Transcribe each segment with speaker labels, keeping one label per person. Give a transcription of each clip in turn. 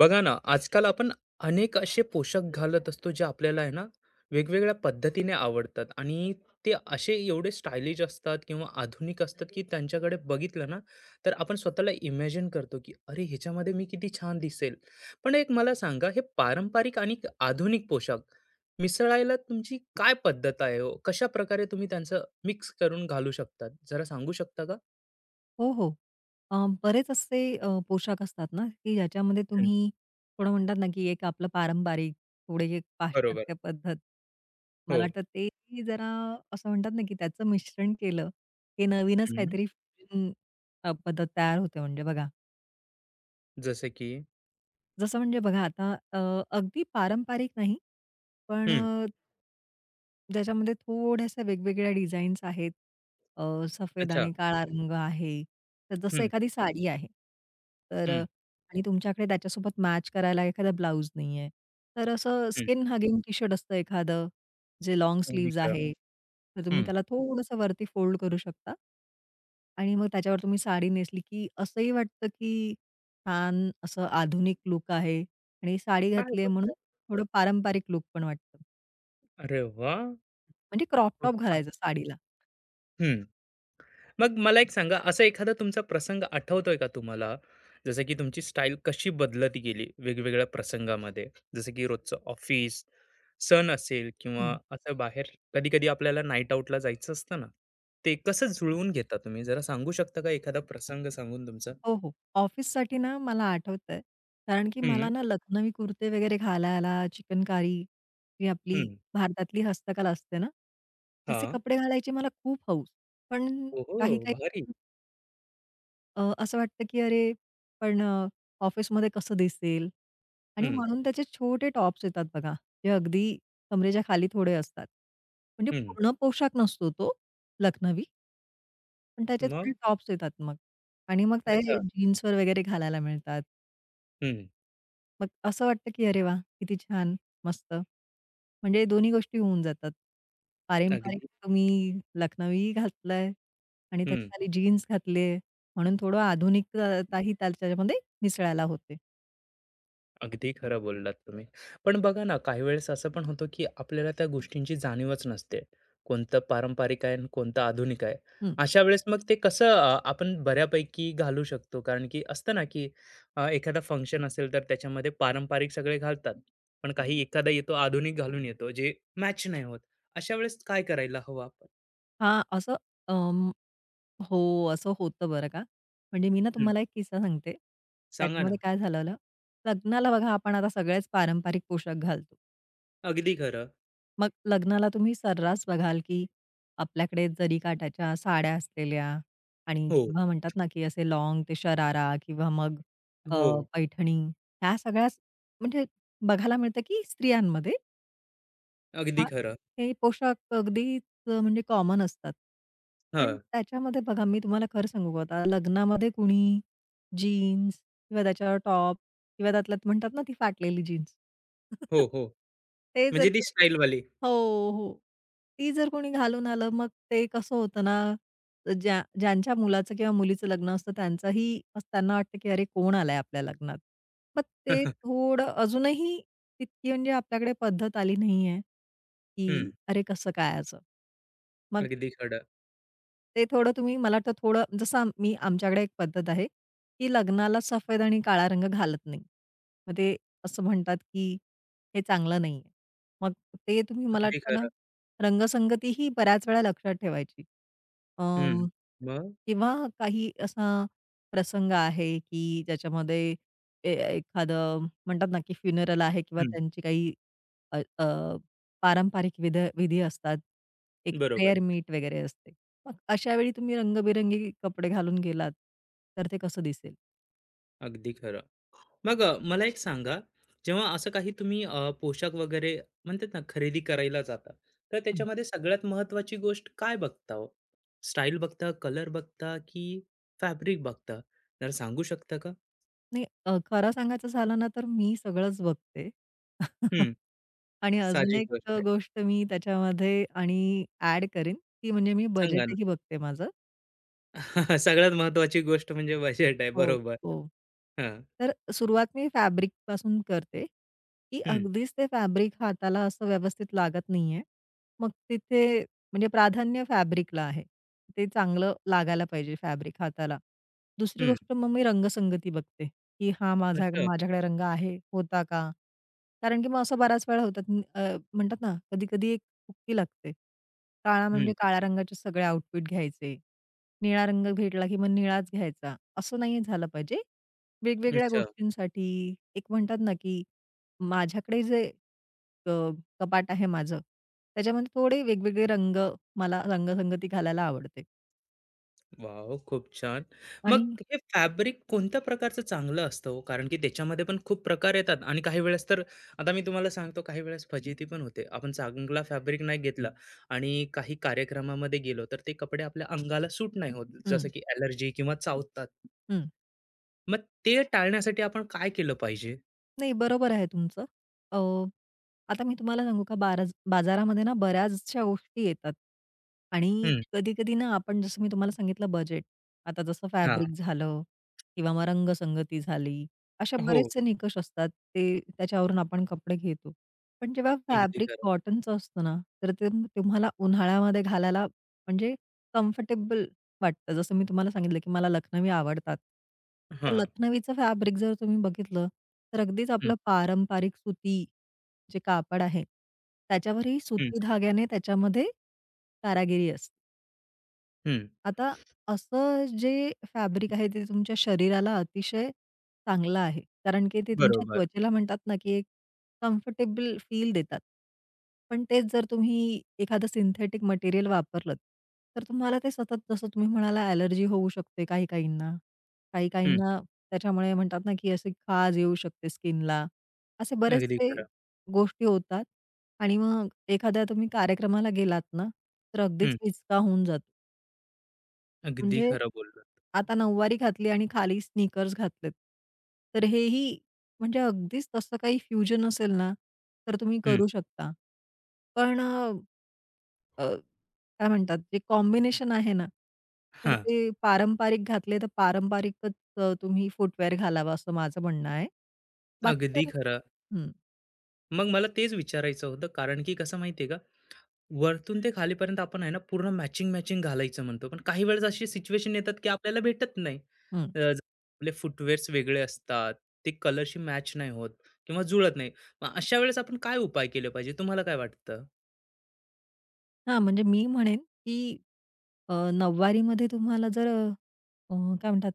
Speaker 1: बघा ना, आजकाल आपण अनेक असे पोशाख घालत असतो, जे आपल्याला आहे ना, वेगवेगळ्या पद्धतीने आवडतात आणि ते असे एवढे स्टायलिश असतात किंवा आधुनिक असतात, की त्यांच्याकडे बघितलं ना, तर आपण स्वतःला इमॅजिन करतो, की "अरे, ह्याच्यामध्ये मी किती छान दिसेल." पण एक मला सांगा, हे पारंपरिक आणि आधुनिक पोशाख मिसळायला तुमची काय पद्धत आहे हो? कशाप्रकारे तुम्ही त्यांचं मिक्स करून घालू शकतात? जरा सांगू शकता का?
Speaker 2: हो, हो. अ, बरेच असे पोशाख असतात ना, की ज्याच्यामध्ये
Speaker 1: हं,
Speaker 2: तुम्ही थोडं म्हणतात ना, की एक आपलं पारंपरिक, थोडे एक
Speaker 1: बरोबर.
Speaker 2: पाश्चात्य पद्धत.
Speaker 1: हो.
Speaker 2: मला वाटतं ते जरा असं म्हणतात ना, की त्याचं मिश्रण केलं, हे नवीनच
Speaker 1: हं.
Speaker 2: काहीतरी फ्युजन पद्धत तयार होते म्हणजे बघा.
Speaker 1: जसं की
Speaker 2: जसं म्हणजे बघा आता अगदी पारंपरिक नाही, पण
Speaker 1: हं.
Speaker 2: ज्याच्यामध्ये थोड्याशा वेगवेगळ्या डिझाईन्स आहेत. अ, सफेद
Speaker 1: अच्छा.
Speaker 2: आणि काळा हो. रंग आहे. तर जसं
Speaker 1: हं,
Speaker 2: एखादी साडी आहे. तर
Speaker 1: हं.
Speaker 2: आणि तुमच्याकडे त्याच्यासोबत मॅच करायला एखादा ब्लाउज नाहीये. तर असं
Speaker 1: हं.
Speaker 2: स्किन हगिंग टी-शर्ट असतं एखादं, जे लॉंग
Speaker 1: अगदी
Speaker 2: स्लीव्हज
Speaker 1: खरं.
Speaker 2: आहे. तर तुम्ही
Speaker 1: हं.
Speaker 2: त्याला थोडंसं वरती फोल्ड करू शकता. आणि मग त्याच्यावर तुम्ही साडी नेसली, की असंही वाटतं, की छान असं आधुनिक लूक आहे आणि साडी
Speaker 1: काय
Speaker 2: घातली आहे म्हणून
Speaker 1: बोलताय?
Speaker 2: थोडं पारंपरिक लूक पण वाटतं.
Speaker 1: अरे वाह!
Speaker 2: म्हणजे क्रॉप
Speaker 1: खूप
Speaker 2: टॉप
Speaker 1: छान.
Speaker 2: घालायचं साडीला.
Speaker 1: हं. मग मला एक सांगा असा एखादा तुमचा प्रसंग आठवतोय का तुम्हाला? जसं की तुमची स्टाईल कशी बदलत गेली वेगवेगळ्या प्रसंगामध्ये? जसं की रोजचं ऑफिस, सण असेल किंवा
Speaker 2: हं.
Speaker 1: असं बाहेर कधी-कधी आपल्याला नाईट आउटला जायचं असतं ना, ते कसं जुळवून घेता तुम्ही? जरा सांगू शकता का एखादा प्रसंग सांगून तुमचा?
Speaker 2: हो, हो. ऑफिससाठी ना मला आठवतंय, कारण की
Speaker 1: हं,
Speaker 2: मला ना लखनवी कुर्ते वगैरे घालायला, चिकनकारी जी आपली
Speaker 1: हं.
Speaker 2: भारतातली हस्तकला असते ना, तसे
Speaker 1: हां.
Speaker 2: कपडे घालायची मला खूप हौस. पण
Speaker 1: ओहो!
Speaker 2: काही-काही
Speaker 1: भारी.
Speaker 2: असं वाटतं की अरे, पण ऑफिसमध्ये कसं दिसेल? आणि
Speaker 1: हं,
Speaker 2: म्हणून त्याचे छोटे टॉप्स येतात बघा, जे अगदी कमरेच्या खाली थोडे असतात. म्हणजे
Speaker 1: हं.
Speaker 2: पूर्ण पोशाख नसतो तो लखनवी. पण त्याचे
Speaker 1: मग?
Speaker 2: थोडे टॉप्स येतात मग आणि मग ते
Speaker 1: अच्छा.
Speaker 2: जीन्सवर वगैरे घालायला मिळतात.
Speaker 1: हं.
Speaker 2: मग असं वाटतं की "अरे वाह! किती छान, मस्त." म्हणजे दोन्ही गोष्टी होऊन जातात. पारंपरिक
Speaker 1: अगदी.
Speaker 2: तुम्ही लखनवी घातलाय आणि त्याच्या खाली जीन्स घातलीये म्हणून थोडं आधुनिकताही त्याच्यामध्ये मिसळायला होते.
Speaker 1: अगदी खरं बोललात तुम्ही. पण बघा ना, काही वेळेस असं पण होतं, की आपल्याला त्या गोष्टींची जाणीवच नसते. कोणतं पारंपरिक आहे आणि कोणतं आधुनिक आहे.
Speaker 2: हं.
Speaker 1: अशा वेळेस मग ते कसं आपण बऱ्यापैकी घालू शकतो? कारण की असतं ना, की एखादा फंक्शन असेल, तर त्याच्यामध्ये पारंपरिक सगळे घालतात. पण काही एखादा येतो आधुनिक घालून येतो, जे मॅच नाही होत. अशा वेळेस काय करायला हवं आपण?
Speaker 2: हां, असं अं, हो, असं होतं बरं का. म्हणजे मी ना
Speaker 1: हं,
Speaker 2: तुम्हाला एक किस्सा सांगते.
Speaker 1: सांगा ना.
Speaker 2: त्याच्यामध्ये काय झालेलं, लग्नाला बघा आपण आता सगळेच पारंपरिक पोशाख घालतो.
Speaker 1: अगदी खरं.
Speaker 2: मग लग्नाला तुम्ही सर्रास बघाल, की आपल्याकडे जरीकाठाच्या साड्या असलेल्या आणि
Speaker 1: हो,
Speaker 2: किंवा म्हणतात ना, की असे लाँग ते शरारा किंवा मग अ,
Speaker 1: हो.
Speaker 2: पैठणी ह्या सगळ्याच म्हणजे बघायला मिळतं, की स्त्रियांमध्ये
Speaker 1: अगदी
Speaker 2: हां,
Speaker 1: खरं.
Speaker 2: हे पोशाख अगदीच म्हणजे कॉमन असतात. पण
Speaker 1: हां.
Speaker 2: त्याच्यामध्ये बघा मी तुम्हाला खरं सांगू का आता लग्नामध्ये कुणी जीन्स किंवा त्याच्यावर टॉप किंवा त्यातल्या म्हणतात ना ती फाटलेली जीन्स.
Speaker 1: हो, हो.
Speaker 2: ते जर
Speaker 1: म्हणजे ती
Speaker 2: कोणी
Speaker 1: स्टाईलवाली.
Speaker 2: हो, हो. ती जर कोणी घालून आलं मग ते कसं होतं ना ज्या ज्यांच्या मुलाचं किंवा मुलीचं लग्न असतं त्यांचाही असं त्यांना वाटतं, की "अरे, कोण आलाय आपल्या लग्नात?" मग ते
Speaker 1: हं.
Speaker 2: थोडं अजूनही तितकी म्हणजे आपल्याकडे पद्धत आली नाहीये, की "अरे, कसं काय असं?" मग
Speaker 1: अगदी खरं.
Speaker 2: ते थोडं तुम्ही मला वाटतं थोडं जसं मी आमच्याकडे एक पद्धत आहे, की लग्नाला सफेद आणि काळा रंग घालत नाही. मग ते असं म्हणतात, की हे चांगलं नाहीये. मग ते तुम्ही मला
Speaker 1: अगदी
Speaker 2: वाटतं ना,
Speaker 1: खरं.
Speaker 2: रंगसंगती ही बऱ्याच वेळा लक्षात ठेवायची.
Speaker 1: हं.
Speaker 2: अं,
Speaker 1: मग?
Speaker 2: किंवा काही असा प्रसंग आहे, की ज्याच्यामध्ये एखादं म्हणतात ना, की फ्युनरल आहे किंवा
Speaker 1: हं.
Speaker 2: त्यांची काही अ, अ, पारंपरिक विधी असतात. एक प्रेयर
Speaker 1: बरोबर.
Speaker 2: मीट वगैरे असते. मग अशा वेळी तुम्ही रंगबेरंगी कपडे घालून गेलात, तर ते कसं दिसेल?
Speaker 1: अगदी खरं. मग मला एक सांगा, जेव्हा असं काही तुम्ही पोशाख वगैरे म्हणतात ना, खरेदी करायला जाता, तर
Speaker 2: हं.
Speaker 1: त्याच्यामध्ये सगळ्यात महत्त्वाची गोष्ट काय बघता हो? स्टाईल बघता, कलर बघता की फॅब्रिक बघता? जरा सांगू शकता का?
Speaker 2: नाही खरं सांगायचं झालं ना, तर मी सगळंच बघते.
Speaker 1: हं.
Speaker 2: आणि अजून
Speaker 1: साहजिक
Speaker 2: एक
Speaker 1: गोष्ट आहे.
Speaker 2: गोष्ट मी त्याच्यामध्ये आणि ॲड करेन, ती म्हणजे मी
Speaker 1: सांगा ना.
Speaker 2: बजेटही बघते माझं.
Speaker 1: सगळ्यात महत्त्वाची गोष्ट म्हणजे बजेट आहे.
Speaker 2: हो,
Speaker 1: बरोबर.
Speaker 2: हो.
Speaker 1: हां.
Speaker 2: तर सुरुवात मी फॅब्रिकपासून करते, की
Speaker 1: हं,
Speaker 2: अगदीच ते फॅब्रिक हाताला असं व्यवस्थित लागत नाहीये. मग तिथे म्हणजे प्राधान्य फॅब्रिकला आहे. ते चांगलं लागायला पाहिजे फॅब्रिक हाताला. दुसरी
Speaker 1: हं.
Speaker 2: गोष्ट मग मी रंगसंगती बघते, की हा माझा
Speaker 1: अच्छा.
Speaker 2: माझ्याकडे रंग आहे, होता का? कारण की मग असं बऱ्याच वेळा होतात म्हणतात ना, कधी-कधी एक हुक्की लागते. काळा
Speaker 1: हं.
Speaker 2: म्हणजे काळ्या रंगाचे सगळे आउटफिट घ्यायचे. निळा रंग भेटला की मग निळाच घ्यायचा, असं नाही झालं पाहिजे. वेगवेगळ्या
Speaker 1: अच्छा.
Speaker 2: गोष्टींसाठी एक म्हणतात ना, की माझ्याकडे जे अ, कपाट आहे माझं, त्याच्यामध्ये थोडे वेगवेगळे रंग मला रंगसंगती घालायला आवडते
Speaker 1: वॉव! खूप छान. मग
Speaker 2: आणि
Speaker 1: हे फॅब्रिक कोणत्या प्रकारचं चांगलं असतं हो? कारण की त्याच्यामध्ये पण खूप प्रकार येतात आणि काही वेळेस तर आता मी तुम्हाला सांगतो काही वेळेस फजिती पण होते. आपण चांगला फॅब्रिक नाही घेतला आणि काही कार्यक्रमामध्ये गेलो, तर ते कपडे आपल्या अंगाला सूट नाही होत, जसं
Speaker 2: हं,
Speaker 1: की एलर्जी किंवा चावतात.
Speaker 2: हं.
Speaker 1: मग ते टाळण्यासाठी आपण काय केलं पाहिजे?
Speaker 2: नाही, बरोबर आहे तुमचं. अ, आता मी तुम्हाला सांगू का बाजारामध्ये ना बऱ्याचशा गोष्टी येतात आणि
Speaker 1: हं,
Speaker 2: कधी-कधी ना आपण जसं मी तुम्हाला सांगितलं बजेट. आता जसं
Speaker 1: हां.
Speaker 2: फॅब्रिक झालं किंवा मग रंगसंगती झाली, अशा
Speaker 1: हो,
Speaker 2: बरेचसे निकष असतात. ते त्याच्यावरून आपण कपडे घेतो. पण जेव्हा
Speaker 1: अगदी
Speaker 2: फॅब्रिक
Speaker 1: खरं.
Speaker 2: कॉटनचं असतं ना, तर ते तुम्हाला उन्हाळ्यामध्ये घालायला म्हणजे कम्फर्टेबल वाटतं. जसं मी तुम्हाला सांगितलं, की मला लखनवी आवडतात. तर
Speaker 1: हां.
Speaker 2: लखनवीचं फॅब्रिक जर तुम्ही बघितलं, तर अगदीच
Speaker 1: हं,
Speaker 2: आपलं पारंपरिक सुती जे कापड आहे, त्याच्यावरही
Speaker 1: हं,
Speaker 2: सुती धाग्याने त्याच्यामध्ये कारागिरी असते.
Speaker 1: हं.
Speaker 2: आता असं जे फॅब्रिक आहे ते तुमच्या शरीराला अतिशय चांगलं आहे. कारण की ते तुमच्या
Speaker 1: बरोबर.
Speaker 2: त्वचेला म्हणतात ना, की एक कम्फर्टेबल फील देतात. पण तेच जर तुम्ही एखादं सिंथेटिक मटेरियल वापरलंत, तर तुम्हाला ते सतत जसं तुम्ही म्हणाला ॲलर्जी होऊ शकते काही-काहींना.
Speaker 1: हं,
Speaker 2: काही-काहींना त्याच्यामुळे म्हणतात ना, की अशी खाज येऊ शकते स्किनला. असे
Speaker 1: अगदी
Speaker 2: बरेचसे
Speaker 1: खरं.
Speaker 2: गोष्टी होतात आणि मग एखाद्या तुम्ही कार्यक्रमाला गेलात ना, तर
Speaker 1: हं,
Speaker 2: अगदीच विचका होऊन जातो.
Speaker 1: अगदी
Speaker 2: म्हणजे
Speaker 1: खरं बोललात.
Speaker 2: आता नऊवारी घातली आणि खाली स्नीकर्स घातलेत. तर हेही म्हणजे अगदीच तसं काही फ्युजन असेल ना, तर तुम्ही
Speaker 1: हं,
Speaker 2: करू शकता. पण अ, काय म्हणतात जे कॉम्बिनेशन आहे ना, तर
Speaker 1: हां.
Speaker 2: ते पारंपरिक घातले तर पारंपरिकच तुम्ही फूटवेअर घालावा असं माझं म्हणणं आहे. बाकी
Speaker 1: अगदी
Speaker 2: तर
Speaker 1: खरं.
Speaker 2: हं,
Speaker 1: मग मला तेच विचारायचं होतं, कारण की कसं माहिती आहे का, वरतून ते खालीपर्यंत आपण आहे ना, पूर्ण मॅचिंग-मॅचिंग घालायचं म्हणतो. पण काही वेळेस अशी सिच्युएशन येतात, की आपल्याला भेटत नाही.
Speaker 2: हं.
Speaker 1: अ, ज- आपले फुटवेअर्स वेगळे असतात, ते कलरशी मॅच नाही होत किंवा जुळत नाही. मग अशा वेळेस आपण काय उपाय केले पाहिजे, तुम्हाला काय वाटतं?
Speaker 2: हां, म्हणजे मी म्हणेन, की नऊवारीमध्ये तुम्हाला जर काय म्हणतात,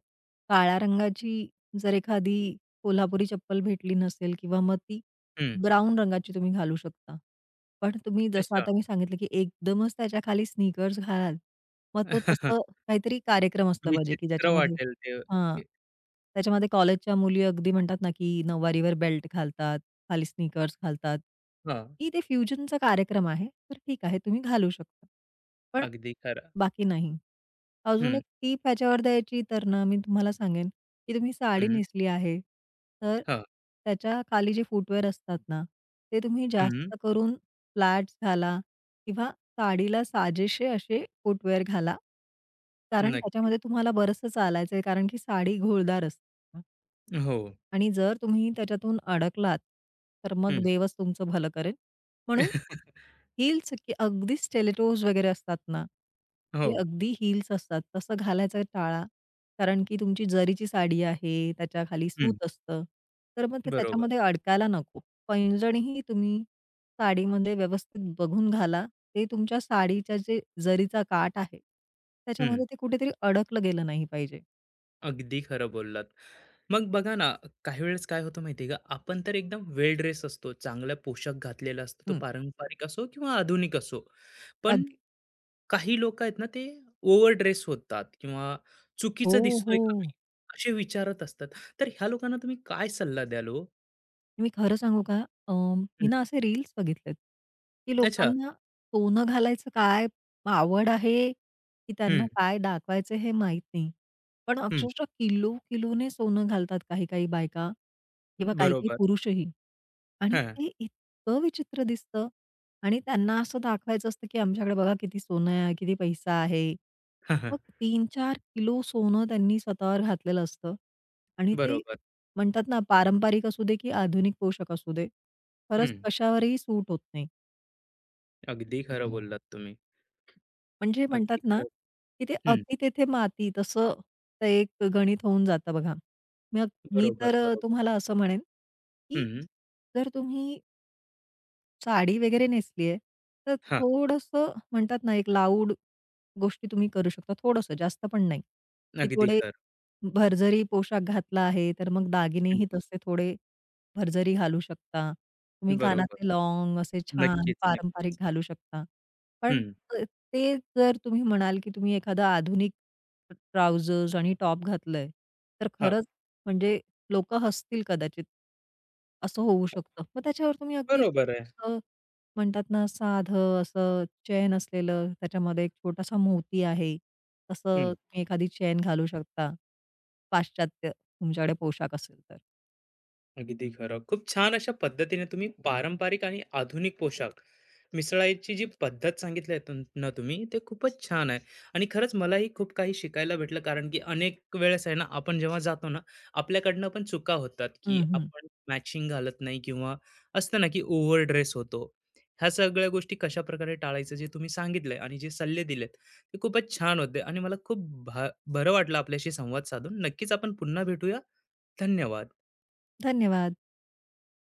Speaker 2: काळ्या रंगाची जर एखादी कोल्हापुरी चप्पल भेटली नसेल किंवा मग ती
Speaker 1: हं,
Speaker 2: ब्राउन रंगाची तुम्ही घालू शकता. पण तुम्ही जसं
Speaker 1: अच्छा.
Speaker 2: आता मी सांगितलं, की एकदमच त्याच्या खाली स्नीकर्स घालाल, मग तो तसं काहीतरी कार्यक्रम असला पाहिजे, की
Speaker 1: विचित्र
Speaker 2: ज्याच्यामध्ये
Speaker 1: वाटेल ते.
Speaker 2: हां.
Speaker 1: हे
Speaker 2: त्याच्यामध्ये कॉलेजच्या मुली अगदी म्हणतात ना, की नऊवारीवर बेल्ट घालतात, खाली स्नीकर्स घालतात.
Speaker 1: हां,
Speaker 2: की ते फ्युजनचा कार्यक्रम आहे, तर ठीक आहे तुम्ही घालू शकता. पण
Speaker 1: अगदी खरं.
Speaker 2: बाकी नाही. अजून
Speaker 1: हं,
Speaker 2: एक टीप ह्याच्यावर द्यायची तर ना, मी तुम्हाला सांगेन, की तुम्ही साडी
Speaker 1: हं,
Speaker 2: नेसली आहे, तर
Speaker 1: हां,
Speaker 2: त्याच्या खाली जे फूटवेअर असतात ना, ते तुम्ही
Speaker 1: हं,
Speaker 2: जास्त करून फ्लॅट्स घाला किंवा साडीला साजेसे असे फूटवेअर घाला. कारण
Speaker 1: नक्की.
Speaker 2: त्याच्यामध्ये तुम्हाला बरचसं चालायचं आहे, कारण की साडी घोळदार असते.
Speaker 1: हो,
Speaker 2: आणि जर तुम्ही त्याच्यातून अडकलात, तर मग
Speaker 1: हं.
Speaker 2: देवच तुमचं भलं करेल. म्हणून हील्स की अगदी स्टेलेटोज वगैरे असतात ना,
Speaker 1: हो,
Speaker 2: ते अगदी हील्स असतात. तसं घालायचं टाळा. कारण की तुमची जरीची साडी आहे, त्याच्याखाली
Speaker 1: हं,
Speaker 2: सूत असतं. तर मग ते
Speaker 1: बरोबर.
Speaker 2: त्याच्यामध्ये अडकायला नको. पैंजणही तुम्ही साडीमध्ये व्यवस्थित बघून घाला. ते तुमच्या साडीच्या जे जरीचा काठ आहे,
Speaker 1: हं.
Speaker 2: त्याच्यामध्ये ते कुठेतरी अडकलं गेलं नाही पाहिजे.
Speaker 1: अगदी खरं बोललात. मग बघा ना, काही वेळेस काय होतं माहिती का, आपण तर एकदम वेल ड्रेस असतो, चांगला पोशाख घातलेला असतो, तो
Speaker 2: हं,
Speaker 1: पारंपरिक असो किंवा आधुनिक असो. पण
Speaker 2: अगदी.
Speaker 1: काही लोकं आहेत ना, ते ओव्हर ड्रेस होतात किंवा
Speaker 2: हो,
Speaker 1: चुकीचं दिसतोय
Speaker 2: हो.
Speaker 1: का मी, असे विचारत असतात. तर ह्या लोकांना तुम्ही काय सल्ला द्याल हो?
Speaker 2: मी खरं सांगू का? अ, मी
Speaker 1: हं,
Speaker 2: ना असे रील्स बघितलेत, की
Speaker 1: अच्छा.
Speaker 2: लोकांना सोनं घालायचं काय आवड आहे, की त्यांना
Speaker 1: हं,
Speaker 2: काय दाखवायचं हे माहीत नाही. पण
Speaker 1: हं.
Speaker 2: अक्षरशः किलो-किलोने सोनं घालतात काही-काही बायका किंवा काही-काही
Speaker 1: बरोबर.
Speaker 2: पुरुषही. आणि
Speaker 1: हां,
Speaker 2: ते इतकं विचित्र दिसतं आणि त्यांना असं दाखवायचं असतं, की आमच्याकडे बघा किती सोनं आहे, किती पैसा आहे.
Speaker 1: हां, हां.
Speaker 2: मग 3-4 किलो सोनं त्यांनी स्वतःवर घातलेलं असतं आणि ते
Speaker 1: बरोबर.
Speaker 2: म्हणतात ना, पारंपरिक असू दे की आधुनिक पोशाख असू दे, खरंच
Speaker 1: हं.
Speaker 2: कशावरही सूट होत नाही.
Speaker 1: अगदी खरं बोललात तुम्ही.
Speaker 2: म्हणजे म्हणतात
Speaker 1: अगदी
Speaker 2: ना,
Speaker 1: खरं.
Speaker 2: की ते
Speaker 1: हं.
Speaker 2: "अति तेथे माती" तसं ते एक गणित होऊन जातं बघा. मग मी
Speaker 1: बरोबर,
Speaker 2: तर
Speaker 1: बरोबर.
Speaker 2: तुम्हाला असं म्हणेन, की
Speaker 1: हं.
Speaker 2: जर तुम्ही साडी वगैरे नेसली आहे, तर
Speaker 1: हां.
Speaker 2: थोडंसं म्हणतात ना, एक लाऊड गोष्टी तुम्ही करू शकता. थोडंसं, जास्त पण नाही, की
Speaker 1: अगदी
Speaker 2: थोडे
Speaker 1: खरं.
Speaker 2: भरजरी पोशाख घातला आहे, तर मग दागिनेही तसे थोडे भरजरी घालू शकता. तुम्ही
Speaker 1: बरोबर.
Speaker 2: कानातले लॉन्ग असे छान
Speaker 1: नक्कीच,
Speaker 2: पारंपरिक
Speaker 1: नक्कीच.
Speaker 2: घालू शकता. पण
Speaker 1: हं.
Speaker 2: ते जर तुम्ही म्हणाल, की तुम्ही एखादा आधुनिक ट्राउझर्स आणि टॉप घातलंय, तर
Speaker 1: हां,
Speaker 2: खरंच म्हणजे लोकं हसतील कदाचित. असं होऊ शकतं. मग त्याच्यावर तुम्ही अगदी
Speaker 1: बरोबर आहे.
Speaker 2: छोटंसं म्हणतात ना, साधं असं चैन असलेलं, त्याच्यामध्ये एक छोटासा मोती आहे.
Speaker 1: हं,
Speaker 2: तसं तुम्ही एखादी चैन घालू शकता. पाश्चात्य तुमच्याकडे पोशाख असेल तर.
Speaker 1: अगदी खरं. खूप छान अशा पद्धतीने तुम्ही पारंपरिक आणि आधुनिक पोशाख मिसळायची जी पद्धत सांगितली आहे तुम- ना तुम्ही ते खूपच छान आहे आणि खरंच मलाही खूप काही शिकायला भेटलं कारण की अनेक वेळेस आहे ना आपण जेव्हा जातो ना आपल्याकडनं पण चुका होतात की
Speaker 2: हं, हं.
Speaker 1: आपण मॅचिंग घालत नाही किंवा असतं ना की ओव्हर ड्रेस होतो ह्या सगळ्या गोष्टी कशा प्रकारे टाळायचं जे तुम्ही सांगितलंय आणि जे सल्ले दिलेत ते खूपच छान होते आणि मला खूप बरं वाटलं आपल्याशी संवाद साधून नक्कीच आपण पुन्हा भेटूया धन्यवाद
Speaker 2: धन्यवाद.